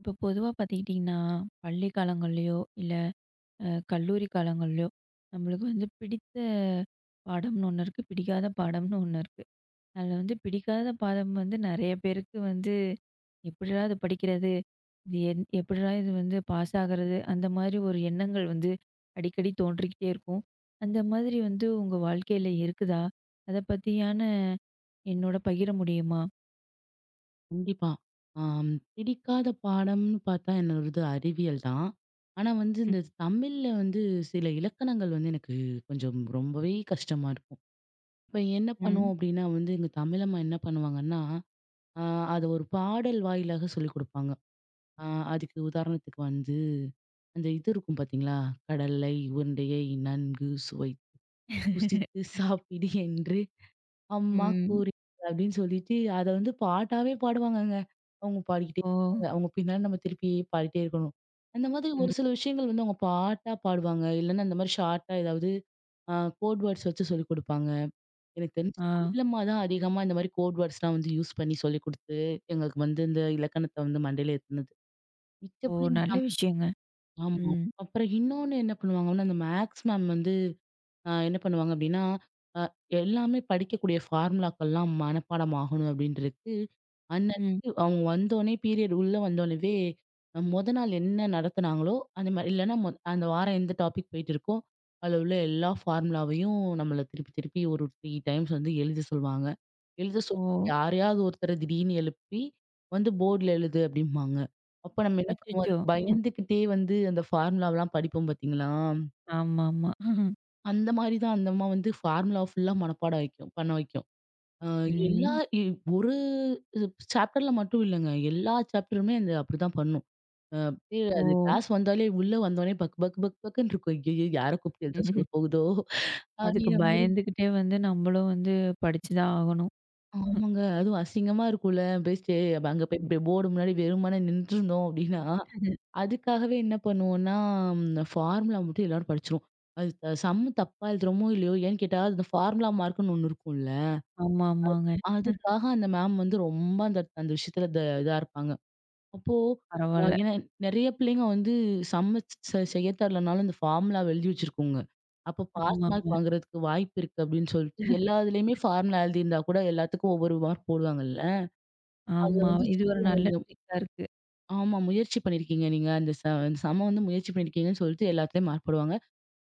இப்போ பொதுவா பார்த்துக்கிட்டிங்கன்னா, பள்ளி காலங்கள்லயோ, இல்ல கல்லூரி காலங்கள்லயோ, நம்மளுக்கு வந்து பிடித்த பாடம்னு ஒண்ணு இருக்கு. பிடிக்காத பாடம்னு ஒண்ணு இருக்கு. அதில வந்து பிடிக்காத பாடம் வந்து நெறைய பேருக்கு வந்து எப்பிடிடா இது படிக்கிறது? இது எப்பிடிடா இது வந்து பாஸ் ஆகுறது? அந்த மாதிரி ஒரு எண்ணங்கள் வந்து அடிக்கடி தோன்றிக்கிட்டே இருக்கும். அந்த மாதிரி வந்து உங்க வாழ்க்கையில இருக்குதா? அத பத்தியான என்னோட பகிர முடியுமா? கண்டிப்பா. ஆம் பிடிக்காத பாடம்னு பார்த்தா என்னோடது அறிவியல் தான். ஆனா வந்து இந்த தமிழ்ல வந்து சில இலக்கணங்கள் வந்து எனக்கு கொஞ்சம் ரொம்பவே கஷ்டமா இருக்கும். இப்ப என்ன ம். பண்ணுவோம் அப்டின்னா வந்து எங்க தமிழம்மா என்ன பண்ணுவாங்கன்னா, அ அத ஒரு பாடல் வாயிலாக சொல்லிக் குடுப்பாங்க. அ அதுக்கு உதாரணத்துக்கு வந்து, அந்த இது இருக்கும் பார்த்தீங்களா? "கடலை உருண்டையை நன்கு சுவை ருசித்து சாப்பிடு என்று" அம்மா ம். கூரி அப்படின்னு சொல்லிட்டு அத வந்து பாட்டாவே பாடுவாங்கங்க. அவங்க பாடிக்கிட்டே ஓ! இருப்பாங்க. அவங்க பின்னாடி நம்ம திருப்பி பாடிட்டே இருக்கணும். அந்த மாதிரி ம். ஒரு சில விஷயங்கள் வந்து அவங்க பாட்டா பாடுவாங்க. இல்லன்னா இந்த மாதிரி ஷார்ட்டா ஏதாவது அ கோட் வேர்ட்ஸ் வச்சு சொல்லிக் குடுப்பாங்க. எனக்கு தெரிஞ்சு ஆ. தமிழம்மா தான் அதிகமா இந்த மாதிரி கோட் வேர்ட்ஸ்லாம் வந்து யூஸ் பண்ணி சொல்லிக் குடுத்து, எங்களுக்கு வந்து இந்த இலக்கணத்த வந்து மண்டையில ஏத்துனது. ஓ! மிச்சபடி நல்ல விஷயங்க. ஆமா. ம். அப்புறம் இன்னொன்னு என்ன பண்ணுவாங்கன்னா, அந்த மேத்ஸ் மேம் வந்து என்ன பண்ணுவாங்க அப்டின்னா, அ எல்லாமே படிக்கக்கூடிய ஃபார்முலாக்கள்லாம் மனப்பாடம் ஆகணும் அப்டின்றதுக்கு, ம். அன்னன்னைக்கு அவங்க வந்தோனே பீரியட் உள்ள வந்தோனவே, மொத நாள் என்ன நடத்துனாங்களோ, அந்த மாரி இல்லன்னா அந்த வாரம் எந்த டாபிக் போயிட்டு இருக்கோ, அதுல உள்ள எல்லா ஃபார்முலாவையும் நம்மள திருப்பி திருப்பி ஒரு 3 டைம்ஸ் வந்து எழுத சொல்வாங்க. எழுத சொல்லி ஓ! யாரையாவது ஒருத்தர திடீர்னு எழுப்பி, வந்து போர்ட்ல எழுது அப்டிம்பாங்க. அப்ப நம்ம என்ன பண்ணுவோம், அச்சச்சோ! அதுக்கு பயந்துக்கிட்டே வந்து அந்த ஃபார்முலாவலாம் படிப்போம் பார்த்தீங்களா? ஆமாமா. அந்த மாரி தான் அந்த அம்மா வந்து ஃபார்முலா ஃபுல்லா மனப்பாடம் வைக்கும். பண்ண வைக்கும். ம். எல்லா ம். இ ஒரு சாப்டர்ல மட்டும் இல்லங்க. எல்லா சாப்டருமே அந்த அப்படிதான் பண்ணும். அப்படியே ஓ! அது கிளாஸ் வந்தாலே உள்ள வந்தோனே பக் பக் பக் பக்ன்னு இருக்கும். ஐயய்யோ! யார கூப்ட்டு எழுத சொல்ல போகுதோ! அதுக்கு அப்படிங்கிற மாரி பயந்துகிட்டே வந்து நம்மளும் வந்து படிச்சு தான் ஆகணும். ஆமாங்க. அதுவும் அசிங்கமா இருக்கும்ல. பெஸ்ட்டு அங்க போய் இப்படி போர்டு முன்னாடி வெறுமனே நின்றுருந்தோம் அப்படின்னா, அதுக்காகவே என்ன பண்ணுவோம்னா, ஃபார்முலா மட்டும் எல்லாரும் படிச்சுருவோம். அது சம் தப்பா எழுதுறோமோ இல்லையோ! ஏன்னு கேட்டா, அந்த ஃபார்முலா மார்க்குன்னு ஒண்ணு இருக்கும்ல. ஆமா, ஆமாங்க. அதுக்காக அந்த மேம் வந்து ரொம்ப அந்த அந்த விஷயத்துல இதா இருப்பாங்க. அப்போ பரவால்ல. ஏன்னா நெறைய பிள்ளைங்க வந்து சம்ம செய்ய தரலனாலும் இந்த ஃபார்முலா எழுதி வச்சிருக்குங்க. அப்போ பாஸ் ஆமாங்க. மார்க் வாங்குறதுக்கு வாய்ப்பு இருக்கு அப்படின்னு சொல்லிட்டு எல்லா இதுலயுமே ஃபார்முலா எழுதியிருந்தா கூட எல்லாத்துக்கும் ஒவ்வொரு மார்க் போடுவாங்கல்ல. அத ஆமா. வந்து இது ஒரு சொல்லுவாங்க. நல்ல நீங்க ட்ரிக்கா இருக்கு. ஆமா முயற்சி பண்ணியிருக்கீங்க. நீங்க அந்த சமம் வந்து முயற்சி பண்ணியிருக்கீங்கன்னு சொல்லிட்டு எல்லாத்துலயும் மார்க் போடுவாங்க.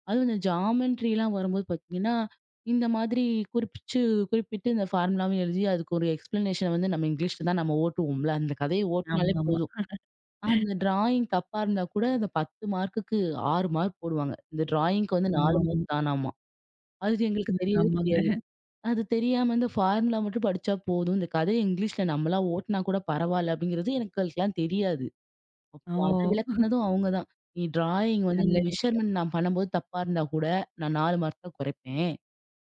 அதுவும் இந்த ஜாமெண்ட்ரிலாம் வரும்போது பார்த்தீங்கன்னா, இந்த மாதிரி குறிப்பிச்சு குறிப்பிட்டு இந்த ஃபார்முலாவும் எழுதி அதுக்கு ஒரு எக்ஸ்ப்ளனேஷன் வந்து நம்ம இங்கிலீஷ்ல தான் நம்ம ஓட்டுவோம்ல. அந்த கதைய ஓட்டுனாலே ஆமாமா. போதும். அந்த டிராயிங் தப்பா இருந்தா கூட அந்த 10 மார்க்குக்கு 6 மார்க் போடுவாங்க. இந்த டிராயிங்க்கு வந்து 4 ஆமாமா. மார்க் தானாமா. அது எங்களுக்கு ம். தெரியவே தெரியாது. ஆமாங்க. அது தெரியாம இந்த ஃபார்முலா மட்டும் படிச்சா போதும். இந்த கதைய இங்கிலீஷ்ல நம்மளா ஓட்டுனா கூட பரவால்ல அப்படிங்கிறது எனக்கெல்லாம் தெரியாது. ஓ! அப்போ அத விளக்குனதும் அவங்க தான். "நீ டிராயிங் வந்து நீ நல்ல விஷயம். மெஷர்மென்ட் நான் பண்ணும்போது தப்பா இருந்தா கூட, நான் 4 மார்க் தான் குறைப்பேன்.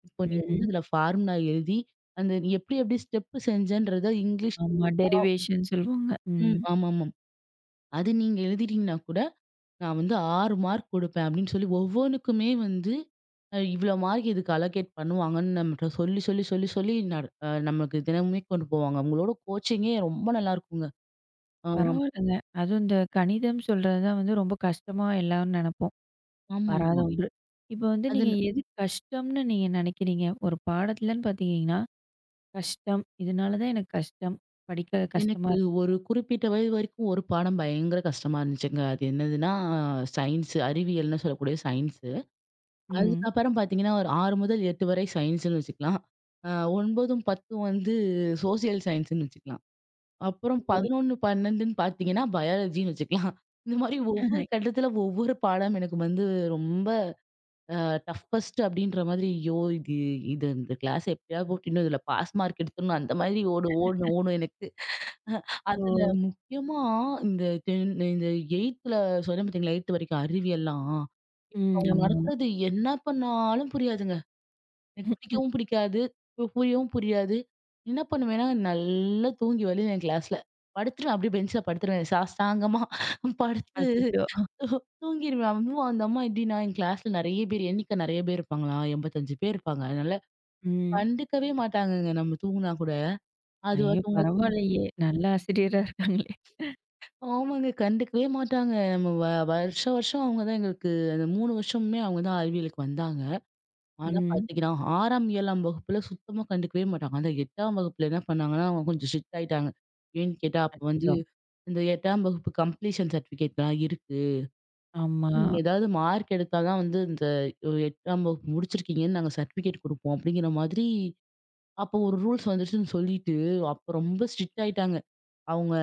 இப்போ நீ வந்து ம். இதுல ஃபார்முலா எழுதி, அந்த நீ எப்படி எப்படி ஸ்டெப்பு செஞ்சன்றத இங்கிலீஷ்" ஆமா. டெரிவேஷன் சொல்லுவாங்க. ம். ம். ஆமாமாம். "அது நீங்க எழுதிட்டீங்கன்னா கூட, நான் வந்து 6 மார்க் குடுப்பேன்" அப்படின்னு சொல்லி ஒவ்வொன்னுக்குமே வந்து, இவ்வளோ மார்க் இதுக்கு அலோகேட் பண்ணுவாங்கன்னு நம்மட்ட சொல்லி, சொல்லி, சொல்லி, சொல்லி நட அ நமக்கு தினமுமே கொண்டு போவாங்க. அவங்களோட கோச்சிங்கே ரொம்ப நல்லாருக்குங்க. ஆ. பரவால்லங்க. அதுவும் இந்த கணிதம் சொல்றது தான் வந்து ரொம்ப கஷ்டமா எல்லாரும் நெனைப்போம். வராத ஆமாமா. ஒன்று. இப்ப வந்து அது நீங்க எது கஷ்டம்னு நீங்க நினைக்கிறீங்க? ஒரு பாடத்துலன்னு பாத்தீங்கன்னா, கஷ்டம். இதனால தான் எனக்கு கஷ்டம். படிக்க கஷ்டமா எனக்கு இருக்கு. ஒரு குறிப்பிட்ட வயது வரைக்கும் ஒரு பாடம் பயங்கர கஷ்டமா இருந்துச்சுங்க. அது என்னதுன்னா, சயின்ஸ் அறிவியல்னு சொல்லக்கூடிய சயின்ஸு. ம். அதுக்கப்புறம் பார்த்தீங்கன்னா, ஒரு 6 முதல் 8 வரை சயின்ஸ்ன்னு வச்சுக்கலாம். அ 9, 10 வந்து சோசியல் சயின்ஸ்ன்னு வச்சுக்கலாம். அப்புறம் ஓ! 11, 12ன்னு பார்த்தீங்கன்னா, பயாலஜின்னு வச்சுக்கலாம். இந்த மாரி ஒவ்வொரு கட்டத்துல ஒவ்வொரு பாடம் எனக்கு வந்து ரொம்ப அ டஃபஸ்ட் அப்படின்ற மாதிரி, ஐயோ! இது இது இந்த கிளாஸ் எப்படியாவது போட்டு இன்னும் இதுல பாஸ் மார்க் எடுத்துடணும். அந்த மாதிரி ஓடும் ஓடும் ஓடும் எனக்கு. ஓ! அதுல முக்கியமா இந்த 10 இந்த 8த்ல சொன்னேன் பார்த்தீங்களா? 8 வரைக்கும் அறிவியல்லாம். ம். அவங்க ஆமா. நடத்துறது என்ன பண்ணாலும் புரியாதுங்க. எனக்கு பிடிக்கவும் பிடிக்காது. புரியவும் புரியாது. என்ன பண்ணுவேன்னா, நல்லா தூங்கி வலிவேன் கிளாஸ்ல. படுத்துருவேன் அப்படியே பெஞ்ச்ல படுத்துருவேன். சாஷ்டாங்கமா படுத்து அச்சச்சோ! தூங்கிருவேன். அதுவும் அந்த அம்மா எப்படின்னா, என் கிளாஸ்ல நெறைய பேர் எண்ணிக்கை நெறைய பேர் இருப்பாங்களா, 85 பேர் இருப்பாங்க. அதனால ம். கண்டுக்கவே மாட்டாங்கங்க நம்ம தூங்குனா கூட. அதுவா ஐயோ! தூங்க தூங்கி பரவாயில்லையே. நல்ல ஆசிரியரா இருக்காங்களே! ஆமாங்க. கண்டுக்கவே மாட்டாங்க. நம்ம வருஷம் வருஷம் அவங்க தான் எங்களுக்கு அந்த 3 வருஷமுமே அவங்க தான் அறிவியலுக்கு வந்தாங்க. ஆனா ம். பாத்தீங்கன்னா, 6ஆம், 7ஆம் வகுப்புல சுத்தமா கண்டுக்கவே மாட்டாங்க. ஆனா 8ஆம் வகுப்புல என்ன பண்ணாங்கன்னா, அவங்க கொஞ்சம் ஸ்ட்ரிக்ட் ஆயிட்டாங்க. ஏன்னு கேட்டா, அப்ப வந்து அச்சச்சோ! இந்த 8ஆம் வகுப்பு கம்ப்ளீஷன் சர்டிஃபிகேட்லாம் இருக்கு. ஆமா. நீங்க ஏதாவது மார்க் எடுத்தா தான் வந்து இந்த 8ஆம் வகுப்பு முடிச்சிருக்கீங்கன்னு நாங்க சர்டிஃபிகேட் குடுப்போம். அப்படிங்கிற மாதிரி அப்போ ஒரு ரூல்ஸ் வந்துருச்சுன்னு சொல்லிட்டு, அப்ப ரொம்ப ஸ்ட்ரிக்ட் ஆயிட்டாங்க. அவங்க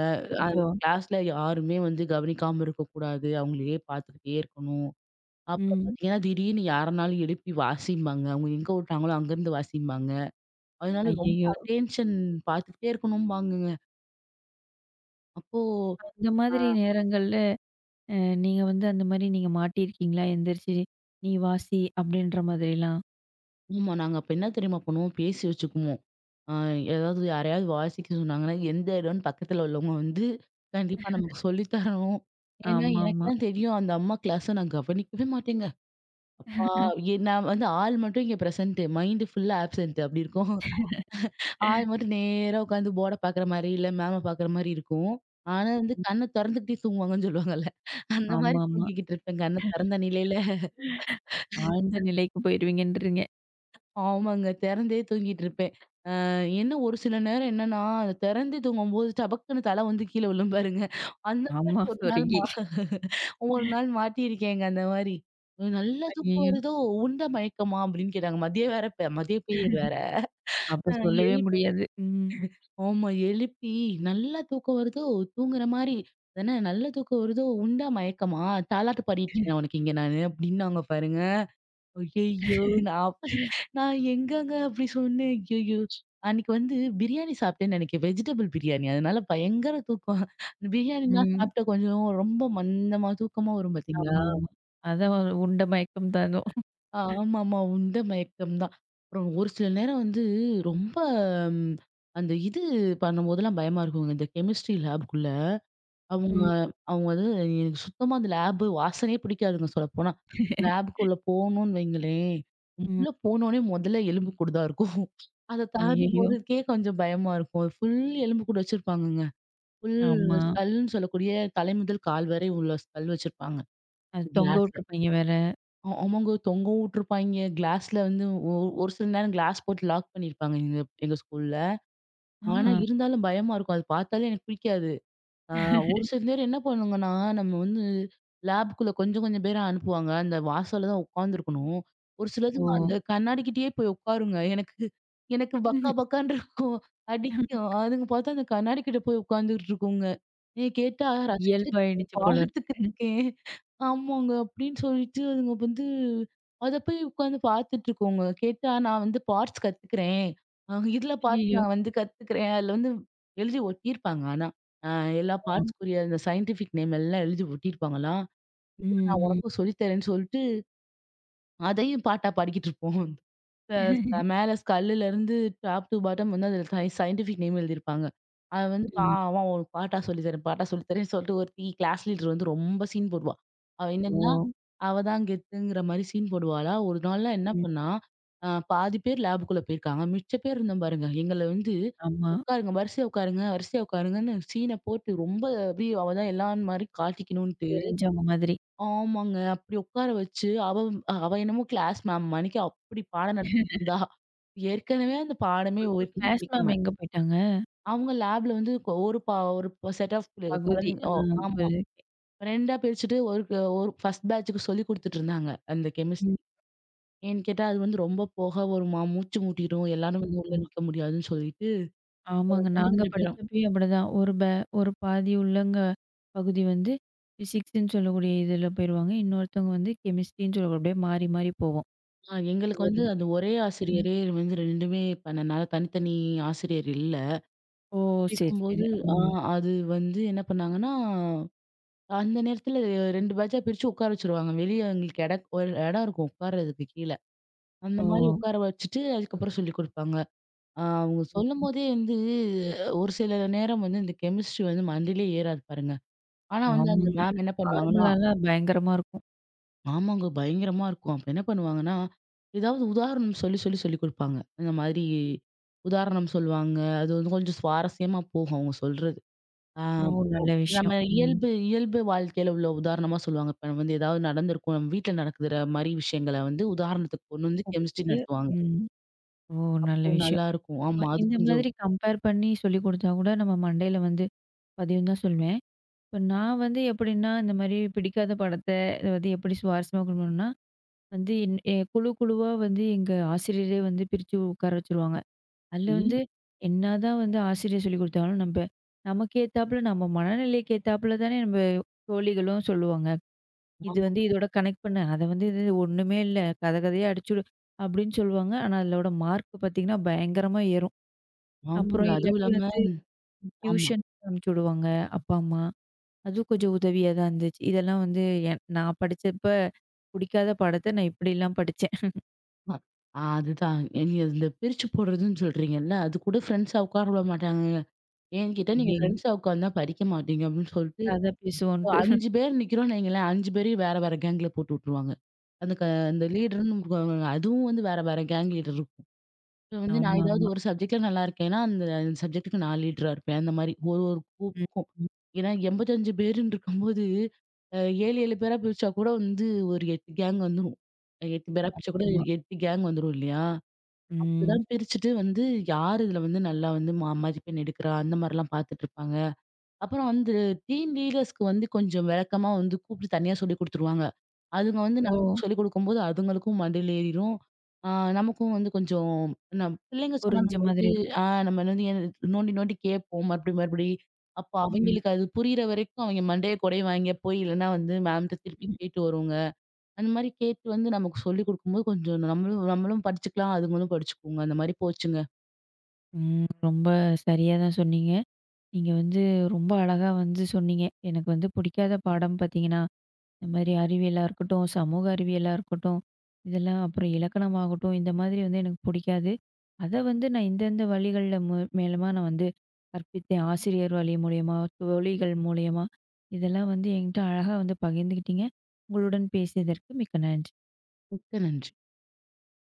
அது அச்சச்சோ! கிளாஸ்ல யாருமே வந்து கவனிக்காம இருக்கக்கூடாது. அவங்களையே பார்த்துக்கிட்டே இருக்கணும். அப்புறம் ம். பார்த்தீங்கன்னா, திடீர்னு யாரனாலும் எழுப்பி வாசிம்பாங்க. அவங்க எங்க விட்டாங்களோ அங்கருந்து வாசிம்பாங்க. அதனால ரொம்ப ஐயய்யோ! அட்டென்ஷன் பார்த்துக்கிட்டே இருக்கணும்பாங்கங்க. அப்போ அந்த மாதிரி நேரங்கள்ல அ நீங்க வந்து அந்த மாரி நீங்க மாட்டியிருக்கீங்களா? எந்திரிச்சு, "நீ வாசி" அப்படின்ற மாதிரிலாம்? ஆமா நாங்க அப்ப என்ன தெரியுமா பண்ணுவோம்? பேசி வச்சுக்குவோம். அ ஏதாவது யாரையாவது வாசிக்க சொன்னாங்கன்னா, எந்த இடம்னு பக்கத்துல உள்ளவங்க வந்து கண்டிப்பா நமக்கு சொல்லி தரணும். ஏன்னா ஆமாமா. எனக்கெல்லாம் தெரியும் அந்த அம்மா கிளாஸ நான் கவனிக்கவே மாட்டேங்க. ஆ எ நான் வந்து ஆள் மட்டும் இங்க பிரசன்ட் மைண்ட் ஃபுல்லா ஆப்சென்ட் அப்படி இருக்கும். ஆள் மட்டும் நேரா உட்காந்து போர்ட பார்க்குற மாரி, இல்ல மேம பார்க்குற மாரி இருக்கும். ஆனா வந்து கண்ண தொறந்துகிட்டே தூங்குவாங்கன்னு சொல்லுவாங்கல்ல. அந்த மாரி ஆமாமா. தூங்கிக்கிட்டு இருப்பேன். கண்ண திறந்த நிலையில. ஆழ்ந்த நிலைக்கு போயிருவீங்கன்றீங்க. ஆமாங்க. திறந்தே தூங்கிட்டு இருப்பேன். அ என்ன ஒரு சில நேரம் என்னன்னா, அந்த திறந்தே தூங்கும்போது டபக்குன்னு தலை வந்து கீழ விழும் பாருங்க. அந்த மாரி ஆமா, சொருகி. ஒரு நாள் மாட்டியிருக்கேங்க அந்த மாரி. "நல்லா தூக்கம் ஐயய்யோ! வருதோ! உண்டா மயக்கமா?" அப்படின்னு கேட்டாங்க. மதியம் வேற இப்ப மதிய பீரியட் வேற. அப்ப அ சொல்லவே எல் முடியாது. ம். ஆமா. எழுப்பி நல்லா தூக்கம் வருதோ! தூங்குற மாரி தானே நல்லா தூக்கம் வருதோ! உண்டா மயக்கமா? தாலாட்டு பாடிட்டு இருக்கேன் உனக்கு இங்க நானு அப்டின்னாங்க பாருங்க. ஐயய்யோ! நான் அப்படி நான் எங்கங்க அப்படி சொன்னேன். ஐயய்யோ! அன்னைக்கு வந்து பிரியாணி சாப்பிட்டேன்னு நினைக்கிறேன். வெஜிடபிள் பிரியாணி. அதனால பயங்கர தூக்கம். பிரியாணிலாம் ம். சாப்பிட்ட கொஞ்சம் ரொம்ப மந்தமா தூக்கமா வரும் பார்த்தீங்களா? ஆமாமா. அதான் ஒரு உண்ட மயக்கம் தானோ! ஆமாமா. உண்ட மயக்கம் தான். அப்புறம் ஒரு சில நேரம் வந்து ரொம்ப ம், அந்த இது பண்ணும்போதெல்லாம் பயமா இருக்குங்க. இந்த கெமிஸ்ட்ரி லேபுக்குள்ள. அவங்க ம். அவங்க வந்து எனக்கு சுத்தமா அந்த லேப் வாசனையே பிடிக்காதுங்க சொல்லப்போனா. லேப்க்குள்ள போனோம்னு வைங்களேன், ம். உள்ள போனோனே முதல்ல எலும்புக்கூடு தான் இருக்கும். அத தாண்டி ஐயய்யோ! போறதுக்கே கொஞ்சம் பயமா இருக்கும். ஃபுல் எலும்புக்கூடு வச்சிருப்பாங்கங்க. ஃபுல் ஆமா. ஸ்கல்ன்னு சொல்லக்கூடிய தலை முதல் கால் வரை உள்ள ஸ்கல் வச்சிருப்பாங்க. அது தொங்க கிளாஸ்ல. விட்டுருப்பீங்க வேற. ஆமாங்க தொங்கவும் விட்டுருப்பாய்ங்க. கிளாஸ்ல வந்து ஒ ஒரு சில நேரம் கிளாஸ் போட்டு லாக் பண்ணியிருப்பாங்க எங்க எங்க ஸ்கூல்ல. ஆனா ஆ. இருந்தாலும் பயமா இருக்கும். அது பார்த்தாலே எனக்கு பிடிக்காது. ஆ ஒரு சில பேர் என்ன பண்ணுங்கன்னா, நம்ம வந்து லேப்க்குள்ள கொஞ்சம் கொஞ்சம் பேரா அனுப்புவாங்க. அந்த வாசல்ல தான் உட்காந்துருக்கணும். ஒரு ஓ! சிலதுங்க ம். அந்த கண்ணாடிக்கிட்டயே போய் உட்காருங்க. எனக்கு எனக்கு பக்கா பக்கான்னு இருக்கும். அடிக்கும். அதுங்க பார்த்தா அந்த கண்ணாடி கிட்ட போய் உட்காந்துக்கிட்டு இருக்குங்க. ஏ கேட்டா ரசிச்சுட்டு இருக்கேன், இயல்பாயிடுச்சு போல பார்த்துக்கிட்டு இருக்கு. இருக்கேன். ஆமாங்க அப்படின்னு சொல்லிட்டு அதுங்க வந்து அத போய் உட்காந்து பார்த்துட்டு இருக்குங்க. கேட்டா நான் வந்து பார்ட்ஸ் கத்துக்கிறேன். இதுல பார்த்து ஐயய்யோ! நான் வந்து கத்துக்கிறேன். அதுல வந்து எழுதி ஒட்டியிருப்பாங்க ஆனா. அ எல்லா ஆ. பார்ட்ஸ்க்குரிய இந்த சயின்டிஃபிக் நேம் எல்லாம் எழுதி ஒட்டியிருப்பாங்களாம். ம். நான் ம். உனக்கும் சொல்லி தரேன்னு சொல்லிட்டு, அதையும் பாட்டா பாடிக்கிட்டு இருப்போம். அ ச மேல ஸ்கல்லுலருந்து டாப் டூ பாட்டம் வந்து அதில சயின்டிஃபிக் நேம் எழுதியிருப்பாங்க. அவ வந்து ம். பாவம் அவளுக்கு பாட்டா சொல்லி தரேன், பாட்டா சொல்லி தரேன்னு சொல்லிட்டு ஒருத்தி கிளாஸ் லீடர் வந்து ரொம்ப சீன் போடுவா. அவ ஓ! என்னன்னா, அவ தான் கெத்துங்கிற மாரி சீன் போடுவாளா, ஒரு நாள்லாம் என்ன ம். பண்ணா, பாதி பேர் லேபுக்குள்ள போயிருக்காங்க. மிச்ச பேர் இருந்தோம் பாருங்க. எங்கள வந்து ஆமா. உட்காருங்க, வரிசையா உட்காருங்க, வரிசையா உட்காருங்கன்னு சீன போட்டு ரொம்ப அப்படியே அவ தான் எல்லார் மாரி காட்டிக்கணும்னு தெரிஞ்சவங்க மாதிரி. ஆமாங்க. அப்படி உட்கார வச்சு, அவ அவ என்னமோ கிளாஸ் மேம் மாணிக்கு அப்படி பாடம் நடத்திட்டு இருந்தா. ஏற்கனவே அந்த பாடமே அப்ப ஒருத்தியும் கிளாஸ் பிடிக்கல. மேம் எங்க போயிட்டாங்க? அவங்க லேப்ல வந்து கொ- ஒரு பா ஒரு செட் ஆஃப் பகுதி. குழந்தைங்க ஆ. ஓ ஆமா. புரியுது. 2 பிரிச்சுட்டு ஒரு ஃபர்ஸ்ட் பேட்சுக்கு சொல்லிக் குடுத்துட்டு இருந்தாங்க. அந்த கெமிஸ்ட்ரி. ம். ஏன்னு கேட்டா, அது வந்து ரொம்ப புகை வருமா, மூச்சு மூட்டிரும். எல்லாரும் வந்து உள்ள ம். நிக்க முடியாதுன்னு சொல்லிட்டு ஆமாங்க. கொஞ்சம் நாங்க கொஞ்சம் பேரும். படிச்சப்பயும் அப்படிதான். ஒரு பாதி உள்ளங்க பகுதி வந்து பிசிக்ஸ்ன்னு சொல்லக்கூடிய இதில போயிருவாங்க. இன்னொருத்தவங்க வந்து கெமிஸ்ட்ரின்னு சொல்லக்கூடிய அப்படியே மாறி, மாறி போவோம். எங்களுக்கு ஒவ்வொரு வந்து இதும். அந்த ஒரே ம். ஆசிரியரே வந்து 2மே பண்ணனால தனித்தனி ஆசிரியர் இல்ல. ஓ! சரி, சரி. இருக்கும்போது ஆ ம். அது வந்து என்ன பண்ணாங்கன்னா, அந்த நேரத்துல 2 பேட்சா பிரிச்சு உட்கார வச்சுருவாங்க. வெளிய எங்களுக்கு எடக் ஒரு இடம் இருக்கும் உட்கார்றதுக்கு கீழ. அந்த ஓ! மாரி உட்கார வச்சுட்டு, அதுக்கப்புறம் சொல்லிக் குடுப்பாங்க. அவங்க ஓ! சொல்லும்போதே வந்து ஒரு சில நேரம் வந்து இந்த கெமிஸ்ட்ரி வந்து மண்டையிலே ஏறாது பாருங்க. ஆனா ஆமா. வந்து அந்த ஆமாங்க. மேம் என்ன பண்ணுவாங்கன்னா ஃபார்முலாலாம் பயங்கரமா இருக்கும். ஆமாங்க பயங்கரமா இருக்கும். அப்ப என்ன பண்ணுவாங்கன்னா, ஏதாவது உதாரணம் சொல்லி சொல்லி சொல்லிக் குடுப்பாங்க. இந்த மாதிரி உதாரணம் சொல்லுவாங்க. அது வந்து கொஞ்சம் சுவாரஸ்யமா போகும் அவங்க சொல்றது. ஆ. ஓ! நல்ல நம்ம விஷயம். ம். இயல்பு இயல்பு வாழ்க்கையில உள்ள உதாரணமா சொல்லுவாங்க. இப்ப வந்து ஏதாவது நடந்திருக்கும். நம்ம வீட்ல நடக்குற மாரி விஷயங்கள வந்து உதாரணத்துக்கு கொண்டு வந்து கெமிஸ்ட்ரி ஒப்பிட்டு நடத்துவாங்க. ம். ஓ! நல்ல ஓ! விஷயம். நல்லாருக்கும். ம ஆமா. அது இந்த கொஞ்சம் மாதிரி கம்பேர் பண்ணி சொல்லிக் குடுத்தா கூட நம்ம மண்டையில வந்து பதியும்ன்னு தான் சொல்வேன். இப்ப நான் வந்து எப்படின்னா, இந்த மாரி பிடிக்காத படத்த வந்து எப்படி சுவாரஸ்யமா கொண்டு வரணும்னா, வந்து என் எ குழு குழுவா வந்து எங்க ஆசிரியரே வந்து பிரிச்சு உட்கார வச்சுருவாங்க. அதுல இ வந்து என்னதான் வந்து ஆசிரியர் சொல்லிக் குடுத்தாலும், நமக்கு ஏத்தாப்புல நம்ம மனநிலைக்கு ஏத்தாப்புல தானே நம்ம தோழிகளும் சொல்லுவாங்க. இது ஆமா, வந்து இதோட கனெக்ட் பண்ணு. அத வந்து இது ஒண்ணுமே இல்ல. கத கதையா அடிச்சுடு அப்படின்னு சொல்லுவாங்க. ஆனா அதோட மார்க் பார்த்தீங்கன்னா, பயங்கரமா ஏறும். ஆமாங்க. அப்புறம் அதுவும் இல்லாட்டி இல்லாம வந்து ஆமா. டியூஷன் அனுப்பிச்சு விடுவாங்க அப்பா, அம்மா. அதுவும் கொஞ்சம் உதவியா தான் இருந்துச்சு. இதெல்லாம் வந்து நான் படிச்சப்ப பிடிக்காத பாடத்த நான் இப்படிலாம் அ அதுதான். நீங்க இந்த பிரிச்சு போடுறதுன்னு சொல்றீங்கல்ல, அது கூட ஃப்ரெண்ட்ஸா உட்கார விட மாட்டாங்கங்க. ஏன்னு கேட்டா, "நீங்க படிச்சேன். ஃப்ரெண்ட்ஸா உட்கார்ந்தா படிக்க மாட்டீங்க" அப்படின்னு சொல்லிட்டு, கதை இப்போ பேசுவோன்ட்டு. 5 பேர் நிக்கிறோம்ன்னு வைங்களேன், 5 பேரையும் வேற வேற கேங்ல போட்டு விட்டுருவாங்க. அந்த க அந்த லீடர்ன்னு அதுவும் வந்து வேற வேற கேங் லீடர் இருக்கும். இப்ப வந்து நான் ஏதாவது ஆமாமா. ஒரு சப்ஜெக்ட்ல நல்லா இருக்கேன்னா, அந்த சப்ஜெக்ட்டுக்கு நான் லீடரா இருப்பேன். அந்த மாரி ஒரு ஒரு ம். குரூப்புக்கும். ம். ஏன்னா 85 பேருன்னு இருக்கும்போது, அ 7, 7 பேரா பிரிச்சா கூட வந்து ஒரு 8 கேங் வந்துரும். 8 பேரா பிரிச்சா கூட ஆமா. 8 கேங் வந்துரும் இல்லையா? ம். அப்படிதான் பிரிச்சுட்டு வந்து யார் இதுல வந்து நல்லா வந்து மதிப்பெண் எடுக்கிறா, அந்த மாரிலாம் பார்த்துட்டு இருப்பாங்க. அப்புறம் வந்து டீம் லீடர்ஸ்க்கு வந்து கொஞ்சம் விளக்கமா வந்து கூப்பிட்டு தனியா சொல்லிக் குடுத்துருவாங்க. அதுங்க வந்து ஓ! நமக்கு சொல்லிக் குடுக்கும்போது அதுங்களுக்கும் மண்டையில ஏறிரும். ஆ நமக்கும் வந்து கொஞ்சம் நம் பிள்ளைங்க சொன்னா புரிஞ்ச மாதிரி இருக்கும். நம்ம வந்து நோண்டி நோண்டி கேட்போம் மறுபடியும் மறுபடி. அப்போ ம். அவங்களுக்கு அது புரியிற வரைக்கும் அவங்க மண்டைய கொடைவாங்க போய் இல்லன்னா வந்து மேம்ட்ட திருப்பி ம். கேட்டு வருவோங்க. அந்த மாரி கேட்டு வந்து நமக்கு சொல்லிக் குடுக்கும்போது கொஞ்சம் நம்மளும் நம்மளும் படிச்சுக்கலாம், அதுங்களும் படிச்சுக்குங்க. அந்த மாரி போச்சுங்க. ம். ரொம்ப சரியா தான் சொன்னீங்க. நீங்க வந்து ரொம்ப அழகா வந்து சொன்னீங்க. எனக்கு வந்து பிடிக்காத பாடம் பார்த்தீங்கன்னா, இந்த மாதிரி அறிவியலா இருக்கட்டும், சமூக அறிவியலா இருக்கட்டும், இதெல்லாம் அப்புறம் இலக்கணமாகட்டும், இந்த மாதிரி வந்து எனக்கு பிடிக்காது. அத வந்து நான் இந்தந்த வழிகள்ல மேலமா நான் வந்து கற்பித்தேன். ஆசிரியர் வழி மூலியமா, தோழிகள் மூலியமா, இதெல்லாம் வந்து என்கிட்ட அழகா வந்து பகிர்ந்துக்கிட்டீங்க. உங்களுடன் பேசியதற்கு மிக்க நன்றி. மிக்க நன்றி.